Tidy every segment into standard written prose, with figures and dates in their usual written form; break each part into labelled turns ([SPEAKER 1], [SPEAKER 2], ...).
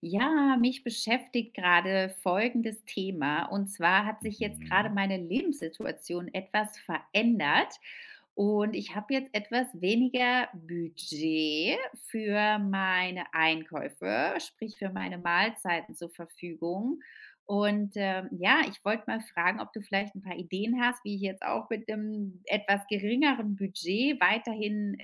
[SPEAKER 1] Ja, mich beschäftigt gerade folgendes Thema. Und zwar hat sich jetzt gerade
[SPEAKER 2] Mhm.
[SPEAKER 1] meine Lebenssituation etwas verändert. Und ich habe jetzt etwas weniger Budget für meine Einkäufe, sprich für meine Mahlzeiten zur Verfügung. Und ja, ich wollte mal fragen, ob du vielleicht ein paar Ideen hast, wie ich jetzt auch mit einem etwas geringeren Budget weiterhin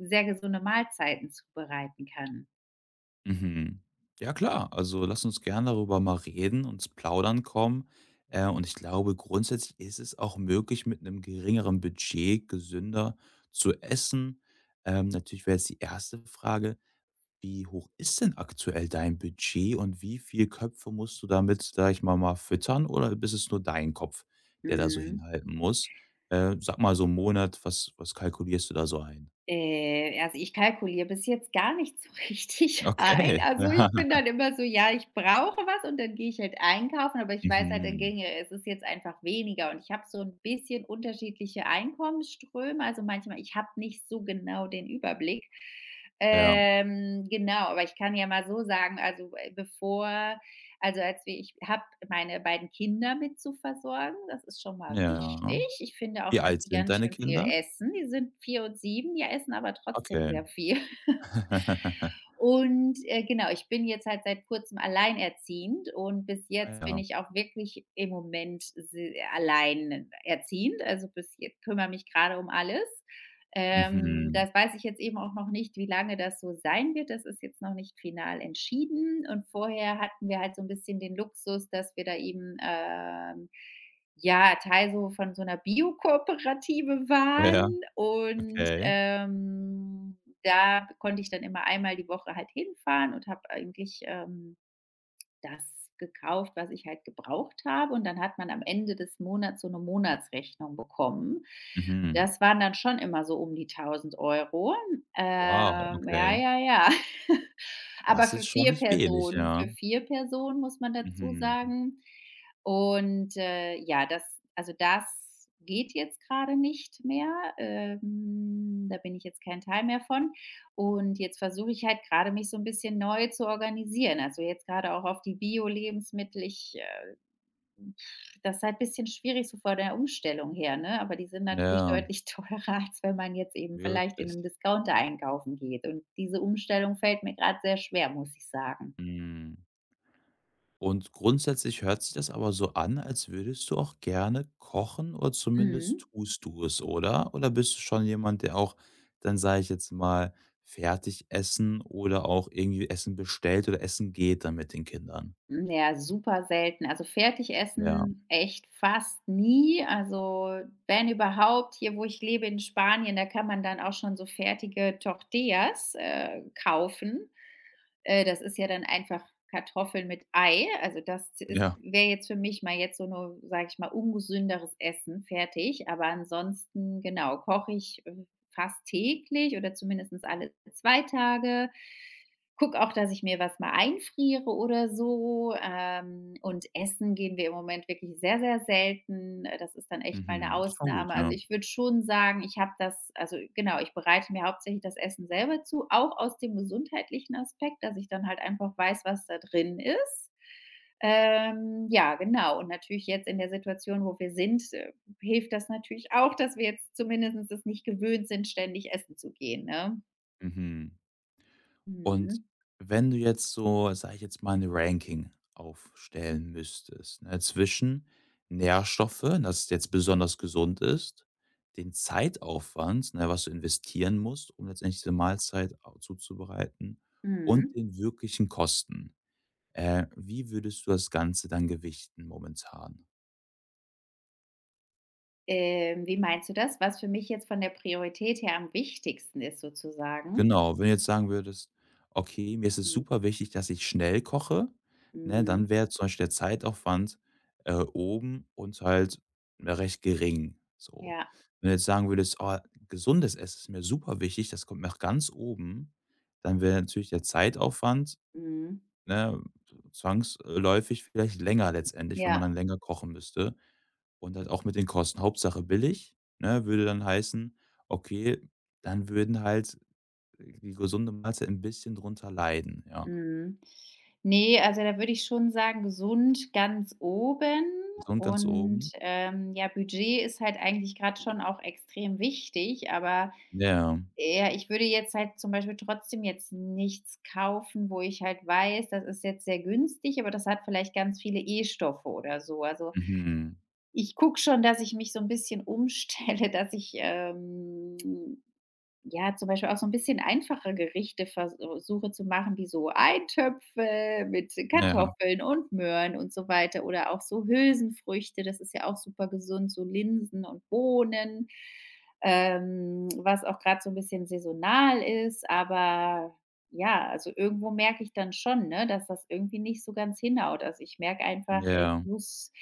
[SPEAKER 1] sehr gesunde Mahlzeiten zubereiten kann.
[SPEAKER 2] Mhm. Ja klar, also lass uns gern darüber mal reden und ins Plaudern kommen. Und ich glaube, grundsätzlich ist es auch möglich, mit einem geringeren Budget gesünder zu essen. Natürlich wäre jetzt die erste Frage: Wie hoch ist denn aktuell dein Budget und wie viel Köpfe musst du damit, sage ich mal, füttern oder bist es nur dein Kopf, der da so
[SPEAKER 1] Mhm.
[SPEAKER 2] hinhalten muss? Sag mal so 'n Monat, was kalkulierst du da so ein?
[SPEAKER 1] Also, ich kalkuliere bis jetzt gar nicht so richtig ein.
[SPEAKER 2] Okay.
[SPEAKER 1] Also, ich bin dann immer so: „Ja, ich brauche was" und dann gehe ich halt einkaufen, aber ich
[SPEAKER 2] Ja.
[SPEAKER 1] weiß halt, dann
[SPEAKER 2] Mhm.
[SPEAKER 1] ginge es ist jetzt einfach weniger und ich habe so ein bisschen unterschiedliche Einkommensströme. Also, manchmal ich habe nicht so genau den Überblick.
[SPEAKER 2] Ja.
[SPEAKER 1] Genau, aber ich kann ja mal so sagen, also, bevor, also, als wir ich habe meine beiden Kinder mit zu versorgen, das ist schon mal wichtig.
[SPEAKER 2] Ja.
[SPEAKER 1] Ich finde auch,
[SPEAKER 2] Wie
[SPEAKER 1] dass
[SPEAKER 2] alt
[SPEAKER 1] die
[SPEAKER 2] sind
[SPEAKER 1] ganz
[SPEAKER 2] deine
[SPEAKER 1] schön viel
[SPEAKER 2] Kinder?
[SPEAKER 1] essen. Die sind 4 und 7, die essen aber trotzdem
[SPEAKER 2] Okay.
[SPEAKER 1] sehr viel. Und, genau, ich bin jetzt halt seit Kurzem alleinerziehend und bis
[SPEAKER 2] Ah
[SPEAKER 1] jetzt bin
[SPEAKER 2] ja.
[SPEAKER 1] ich auch wirklich im Moment se alleinerziehend. Also, bis jetzt kümmere mich gerade um alles. Ähm,
[SPEAKER 2] Mhm.
[SPEAKER 1] das weiß ich jetzt eben auch noch nicht, wie lange das so sein wird. Das ist jetzt noch nicht final entschieden. Und vorher hatten wir halt so ein bisschen den Luxus, dass wir da eben, ja, Teil so von so einer Bio-Kooperative
[SPEAKER 2] Ja, ja,
[SPEAKER 1] waren, und,
[SPEAKER 2] okay.
[SPEAKER 1] da konnte ich dann immer einmal die Woche halt hinfahren und habe eigentlich, das gekauft, was ich halt gebraucht habe. Und dann hat man am Ende des Monats so eine Monatsrechnung bekommen.
[SPEAKER 2] Mhm.
[SPEAKER 1] Das waren dann schon immer so um die 1.000 Euro.
[SPEAKER 2] Wow,
[SPEAKER 1] Ja,
[SPEAKER 2] okay.
[SPEAKER 1] ja, ja. Aber
[SPEAKER 2] Das ist
[SPEAKER 1] für
[SPEAKER 2] schon
[SPEAKER 1] 4
[SPEAKER 2] nicht wenig,
[SPEAKER 1] Personen,
[SPEAKER 2] ja.
[SPEAKER 1] für 4 Personen, muss man dazu
[SPEAKER 2] Mhm.
[SPEAKER 1] sagen. Und, ja, das, also, das geht jetzt gerade nicht mehr. Da bin ich jetzt kein Teil mehr von. Und jetzt versuche ich halt gerade mich so ein bisschen neu zu organisieren. Also, jetzt gerade auch auf die Bio-Lebensmittel. Ich, ähm das ist halt ein bisschen schwierig so vor der Umstellung her, ne? Aber die sind natürlich
[SPEAKER 2] Ja,
[SPEAKER 1] deutlich teurer, als wenn man jetzt eben vielleicht in
[SPEAKER 2] wirklich.
[SPEAKER 1] einem Discounter einkaufen geht. Und diese Umstellung fällt mir gerade sehr schwer, muss ich sagen.
[SPEAKER 2] Mhm. Und grundsätzlich hört sich das aber so an, als würdest du auch gerne kochen oder zumindest
[SPEAKER 1] Mhm.
[SPEAKER 2] tust du es, oder? Oder bist du schon jemand, der auch dann, sage ich jetzt mal, fertig essen oder auch irgendwie Essen bestellt oder essen geht dann mit den Kindern?
[SPEAKER 1] Hm, ja, super selten. Also,
[SPEAKER 2] Ja.
[SPEAKER 1] Fertigessen echt fast nie. Also, wenn überhaupt, hier, wo ich lebe in Spanien, da kann man dann auch schon so fertige Tortillas, kaufen. Das ist ja dann einfach Kartoffeln mit Ei. Also, das ist,
[SPEAKER 2] Ja,
[SPEAKER 1] wäre jetzt für mich mal jetzt so, nur, sage ich mal, ungesünderes Essen, fertig. Aber ansonsten, genau, koche ich, fast täglich oder zumindest alle 2 Tage, gucke auch, dass ich mir was mal einfriere oder so. Und essen gehen wir im Moment wirklich sehr, sehr selten. Das ist dann echt mal eine
[SPEAKER 2] mhm, schon gut,
[SPEAKER 1] Ausnahme. Also,
[SPEAKER 2] ja.
[SPEAKER 1] ich würde schon sagen, ich habe das, also, genau, ich bereite mir hauptsächlich das Essen selber zu, auch aus dem gesundheitlichen Aspekt, dass ich dann halt einfach weiß, was da drin ist. Ja, genau. Und natürlich jetzt in der Situation, wo wir sind, hilft das natürlich auch, dass wir jetzt zumindest es nicht gewöhnt sind, ständig essen zu gehen, ne?
[SPEAKER 2] Mhm. Und
[SPEAKER 1] Mhm.
[SPEAKER 2] wenn du jetzt so, sage ich jetzt mal, ein Ranking aufstellen müsstest, ne, zwischen Nährstoffe, das jetzt besonders gesund ist, den Zeitaufwand, ne, was du investieren musst, um letztendlich diese Mahlzeit au zuzubereiten und
[SPEAKER 1] Mhm.
[SPEAKER 2] den wirklichen Kosten. Wie würdest du das Ganze dann gewichten momentan?
[SPEAKER 1] Wie meinst du das? Was für mich jetzt von der Priorität her am wichtigsten ist sozusagen?
[SPEAKER 2] Genau, wenn du jetzt sagen würdest: „Okay, mir ist es
[SPEAKER 1] Mhm.
[SPEAKER 2] super wichtig, dass ich schnell koche“, ne,
[SPEAKER 1] Mhm.
[SPEAKER 2] dann wäre zum Beispiel der Zeitaufwand, oben und halt, ja, recht gering, so.
[SPEAKER 1] Ja.
[SPEAKER 2] Wenn du jetzt sagen würdest: „Oh, gesundes Essen ist mir super wichtig, das kommt nach ganz oben“, dann wäre natürlich der Zeitaufwand,
[SPEAKER 1] Mhm.
[SPEAKER 2] ne, zwangsläufig vielleicht länger letztendlich, wenn man dann
[SPEAKER 1] Ja.
[SPEAKER 2] länger kochen müsste und halt auch mit den Kosten. Hauptsache billig, ne, würde dann heißen, okay, dann würden halt die gesunde Mahlzeit ein bisschen drunter leiden, ja.
[SPEAKER 1] Mhm. Ne, also, da würde ich schon sagen, gesund ganz oben,
[SPEAKER 2] Gesund ganz
[SPEAKER 1] und,
[SPEAKER 2] oben.
[SPEAKER 1] ja, Budget ist halt eigentlich gerade schon auch extrem wichtig, aber,
[SPEAKER 2] Ja,
[SPEAKER 1] ja, ich würde jetzt halt zum Beispiel trotzdem jetzt nichts kaufen, wo ich halt weiß, das ist jetzt sehr günstig, aber das hat vielleicht ganz viele E-Stoffe oder so. Also,
[SPEAKER 2] mhm.
[SPEAKER 1] ich gucke schon, dass ich mich so ein bisschen umstelle, dass ich, ja, zum Beispiel auch so ein bisschen einfache Gerichte versuche zu machen, wie so Eintöpfe mit
[SPEAKER 2] Ja,
[SPEAKER 1] Kartoffeln und Möhren und so weiter, oder auch so Hülsenfrüchte, das ist ja auch super gesund, so Linsen und Bohnen, was auch gerade so ein bisschen saisonal ist. Aber ja, also, irgendwo merke ich dann schon, ne, dass das irgendwie nicht so ganz hinhaut. Also, ich merke einfach, ich
[SPEAKER 2] ja,
[SPEAKER 1] muss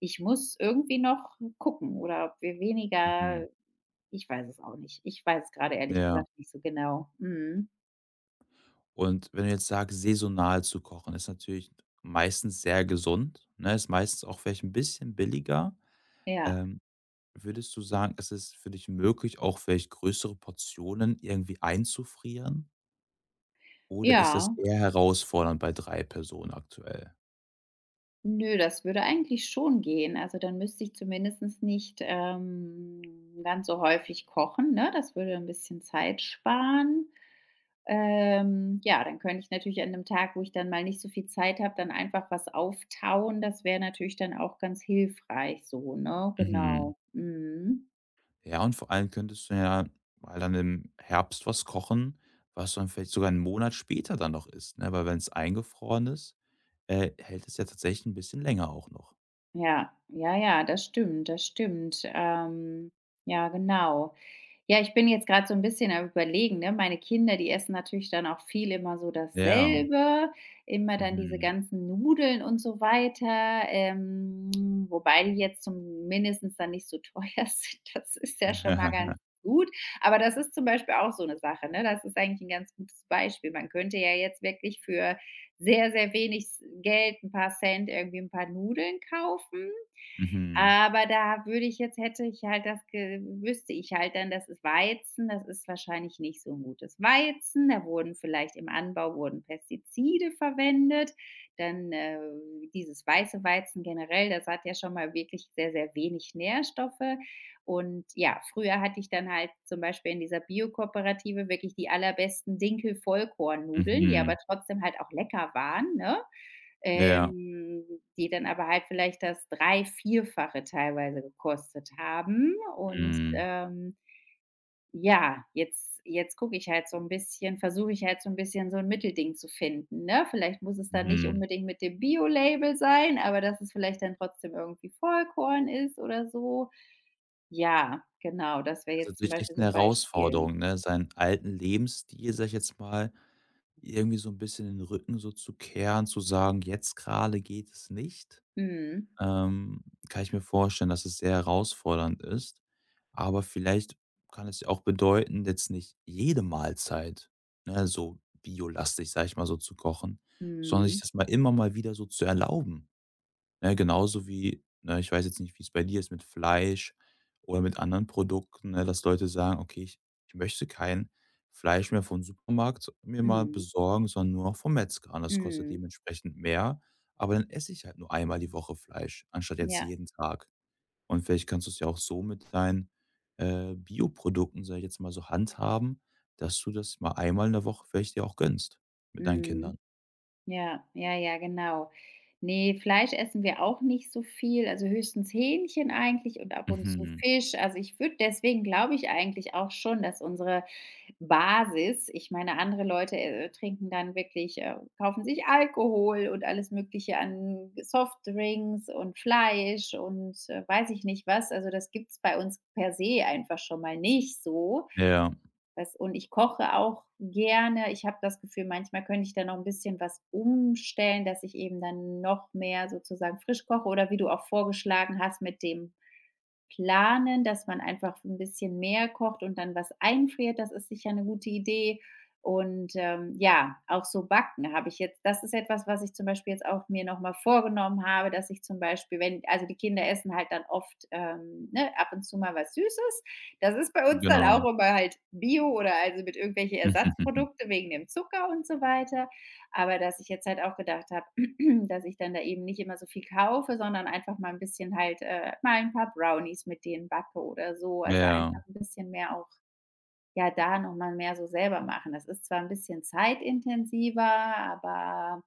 [SPEAKER 1] ich muss irgendwie noch gucken, oder ob wir weniger,
[SPEAKER 2] mhm,
[SPEAKER 1] ich weiß es auch nicht. Ich weiß es gerade ehrlich
[SPEAKER 2] ja.
[SPEAKER 1] gesagt nicht so genau. Mhm.
[SPEAKER 2] Und wenn du jetzt sagst, saisonal zu kochen, ist natürlich meistens sehr gesund, ne? Ist meistens auch vielleicht ein bisschen billiger.
[SPEAKER 1] Ja.
[SPEAKER 2] Ähm, würdest du sagen, ist es für dich möglich, auch vielleicht größere Portionen irgendwie einzufrieren? Oder ist das
[SPEAKER 1] Ja.
[SPEAKER 2] eher herausfordernd bei 3 Personen aktuell?
[SPEAKER 1] Nö, das würde eigentlich schon gehen. Also, dann müsste ich zumindest nicht, ganz so häufig kochen, ne? Das würde ein bisschen Zeit sparen. Ja, dann könnte ich natürlich an 'nem Tag, wo ich dann mal nicht so viel Zeit habe, dann einfach was auftauen. Das wäre natürlich dann auch ganz hilfreich so, ne?
[SPEAKER 2] Mhm.
[SPEAKER 1] Genau. Mhm.
[SPEAKER 2] Ja, und vor allem könntest du ja mal dann im Herbst was kochen, was dann vielleicht sogar 'n Monat später dann noch ist, ne? Weil wenn es eingefroren ist, hält es ja tatsächlich ein bisschen länger auch noch.
[SPEAKER 1] Ja, ja, ja, das stimmt, das stimmt. Ja, genau. Ja, ich bin jetzt gerade so ein bisschen am Überlegen, ne? Meine Kinder, die essen natürlich dann auch viel immer so
[SPEAKER 2] Ja,
[SPEAKER 1] dasselbe, immer dann diese
[SPEAKER 2] mhm.
[SPEAKER 1] ganzen Nudeln und so weiter, wobei die jetzt zumindestens dann nicht so teuer sind. Das ist ja schon mal ganz gut. Aber das ist zum Beispiel auch so eine Sache, ne? Das ist eigentlich ein ganz gutes Beispiel. Man könnte ja jetzt wirklich für sehr, sehr wenig Geld, ein paar Cent, irgendwie ein paar Nudeln kaufen.
[SPEAKER 2] Mhm,
[SPEAKER 1] Aber da würde ich jetzt, hätte ich halt, das ge wüsste ich halt dann, das ist Weizen, das ist wahrscheinlich nicht so ein gutes Weizen. Da wurden vielleicht im Anbau wurden Pestizide verwendet. Dann, dieses weiße Weizen generell, das hat ja schon mal wirklich sehr, sehr wenig Nährstoffe. Und ja, früher hatte ich dann halt zum Beispiel in dieser Bio-Kooperative wirklich die allerbesten Dinkel-Vollkornnudeln, die
[SPEAKER 2] mhm.
[SPEAKER 1] aber trotzdem halt auch lecker waren, ne?
[SPEAKER 2] Ja,
[SPEAKER 1] ähm, die dann aber halt vielleicht das drei vierfache teilweise gekostet haben, und,
[SPEAKER 2] mhm,
[SPEAKER 1] ja, jetzt gucke ich halt so ein bisschen, versuche ich halt so ein bisschen so ein Mittelding zu finden, ne? Vielleicht muss es dann nicht
[SPEAKER 2] mhm.
[SPEAKER 1] unbedingt mit dem Bio-Label sein, aber dass es vielleicht dann trotzdem irgendwie Vollkorn ist oder so. Ja, genau, das wäre
[SPEAKER 2] Das ist
[SPEAKER 1] jetzt zum
[SPEAKER 2] natürlich
[SPEAKER 1] Beispiel
[SPEAKER 2] echt
[SPEAKER 1] so
[SPEAKER 2] eine
[SPEAKER 1] ein Beispiel.
[SPEAKER 2] Herausforderung, ne, seinen alten Lebensstil, sag ich jetzt mal, irgendwie so ein bisschen den Rücken so zu kehren, zu sagen: „Jetzt gerade geht es nicht.“
[SPEAKER 1] Mhm.
[SPEAKER 2] Ähm, kann ich mir vorstellen, dass es sehr herausfordernd ist. Aber vielleicht kann es ja auch bedeuten, jetzt nicht jede Mahlzeit, ne, so biolastig, sage ich mal so, zu kochen, sondern sich
[SPEAKER 1] Mhm.
[SPEAKER 2] das mal immer mal wieder so zu erlauben. Ne, genauso wie, ne, ich weiß jetzt nicht, wie es bei dir ist mit Fleisch oder mit anderen Produkten, ne, dass Leute sagen: „Okay, ich möchte kein Fleisch mehr vom Supermarkt mir mal
[SPEAKER 1] Mhm.
[SPEAKER 2] besorgen, sondern nur noch vom Metzger und das kostet
[SPEAKER 1] Mhm.
[SPEAKER 2] dementsprechend mehr, aber dann esse ich halt nur einmal die Woche Fleisch, anstatt jetzt
[SPEAKER 1] Ja.
[SPEAKER 2] jeden Tag.“ Und vielleicht kannst du es ja auch so mit deinen, Bioprodukten, sag ich jetzt mal so, handhaben, dass du das mal einmal in der Woche vielleicht dir auch gönnst mit deinen Kindern.
[SPEAKER 1] Mhm. Ja, ja, ja, genau. Ne, Fleisch essen wir auch nicht so viel, also höchstens Hähnchen eigentlich und ab und zu
[SPEAKER 2] Mhm.
[SPEAKER 1] Fisch. Also, ich würde deswegen, glaube ich, eigentlich auch schon, dass unsere Basis, ich meine, andere Leute, trinken dann wirklich, kaufen sich Alkohol und alles Mögliche an Softdrinks und Fleisch und, weiß ich nicht was. Also, das gibt's bei uns per se einfach schon mal nicht so.
[SPEAKER 2] Ja,
[SPEAKER 1] Das, und ich koche auch gerne. Ich habe das Gefühl, manchmal könnte ich da noch ein bisschen was umstellen, dass ich eben dann noch mehr sozusagen frisch koche, oder wie du auch vorgeschlagen hast, mit dem Planen, dass man einfach ein bisschen mehr kocht und dann was einfriert, das ist sicher eine gute Idee. Und, ja, auch so Backen habe ich jetzt, das ist etwas, was ich zum Beispiel jetzt auch mir noch mal vorgenommen habe, dass ich zum Beispiel, wenn, also die Kinder essen halt dann oft, ne, ab und zu mal was Süßes. Das ist bei uns dann auch
[SPEAKER 2] genau.
[SPEAKER 1] immer halt Bio, oder also mit irgendwelche Ersatzprodukte wegen dem Zucker und so weiter. Aber dass ich jetzt halt auch gedacht habe, dass ich dann da eben nicht immer so viel kaufe, sondern einfach mal ein bisschen halt, mal ein paar Brownies mit denen backe oder so. Also,
[SPEAKER 2] Ja.
[SPEAKER 1] einfach ein bisschen mehr auch, ja, da noch mal mehr so selber machen. Das ist zwar ein bisschen zeitintensiver, aber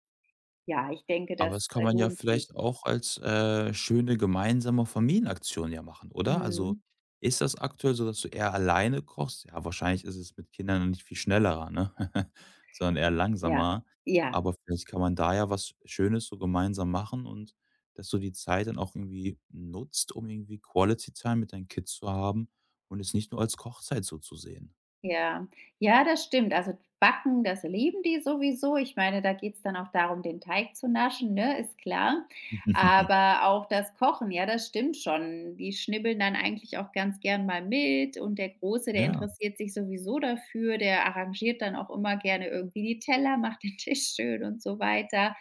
[SPEAKER 1] ja, ich denke,
[SPEAKER 2] Aber
[SPEAKER 1] das,
[SPEAKER 2] das kann man ja
[SPEAKER 1] lohnt sich.
[SPEAKER 2] vielleicht auch als, schöne gemeinsame Familienaktion ja machen, oder? Also,
[SPEAKER 1] Mhm.
[SPEAKER 2] ist das aktuell so, dass du eher alleine kochst? Ja, wahrscheinlich ist es mit Kindern noch nicht viel schnellerer, ne? Sondern eher
[SPEAKER 1] Ja.
[SPEAKER 2] langsamer.
[SPEAKER 1] Ja.
[SPEAKER 2] Aber vielleicht kann man da ja was Schönes so gemeinsam machen und dass du die Zeit dann auch irgendwie nutzt, um irgendwie Quality Time mit deinen Kids zu haben und es nicht nur als Kochzeit so zu sehen.
[SPEAKER 1] Ja. Ja, das stimmt. Also, Backen, das lieben die sowieso. Ich meine, da geht es dann auch darum, den Teig zu naschen, ne, ist klar. Aber auch das Kochen, ja, das stimmt schon. Die schnibbeln dann eigentlich auch ganz gern mal mit, und der Große, der
[SPEAKER 2] Ja.
[SPEAKER 1] interessiert sich sowieso dafür, der arrangiert dann auch immer gerne irgendwie die Teller, macht den Tisch schön und so weiter.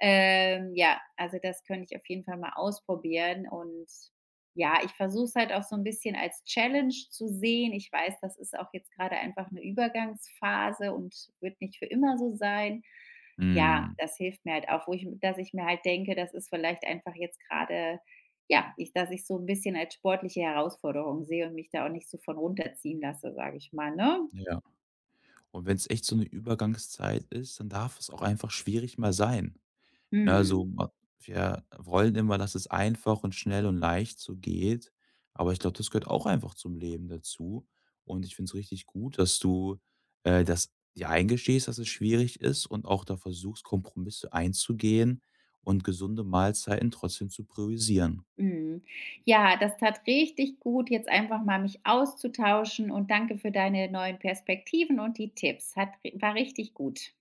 [SPEAKER 1] Ja, also, das könnte ich auf jeden Fall mal ausprobieren und, ja, ich versuche es halt auch so ein bisschen als Challenge zu sehen. Ich weiß, das ist auch jetzt gerade einfach eine Übergangsphase und wird nicht für immer so sein. Ja,
[SPEAKER 2] Mhm.
[SPEAKER 1] das hilft mir halt auch, wo ich, dass ich mir halt denke, das ist vielleicht einfach jetzt gerade, ja, ich, dass ich so ein bisschen als sportliche Herausforderung sehe und mich da auch nicht so von runterziehen lasse, sage ich mal, ne?
[SPEAKER 2] Ja. Und wenn es echt so 'ne Übergangszeit ist, dann darf es auch einfach schwierig mal sein. Ne, also,
[SPEAKER 1] Mhm,
[SPEAKER 2] ma wir wollen immer, dass es einfach und schnell und leicht so geht, aber ich glaube, das gehört auch einfach zum Leben dazu. Und ich finde es richtig gut, dass du, das dir eingestehst, dass es schwierig ist und auch da versuchst, Kompromisse einzugehen und gesunde Mahlzeiten trotzdem zu priorisieren.
[SPEAKER 1] mhm. Ja, das tat richtig gut, jetzt einfach mal mich auszutauschen, und danke für deine neuen Perspektiven und die Tipps. Hat ri war richtig gut.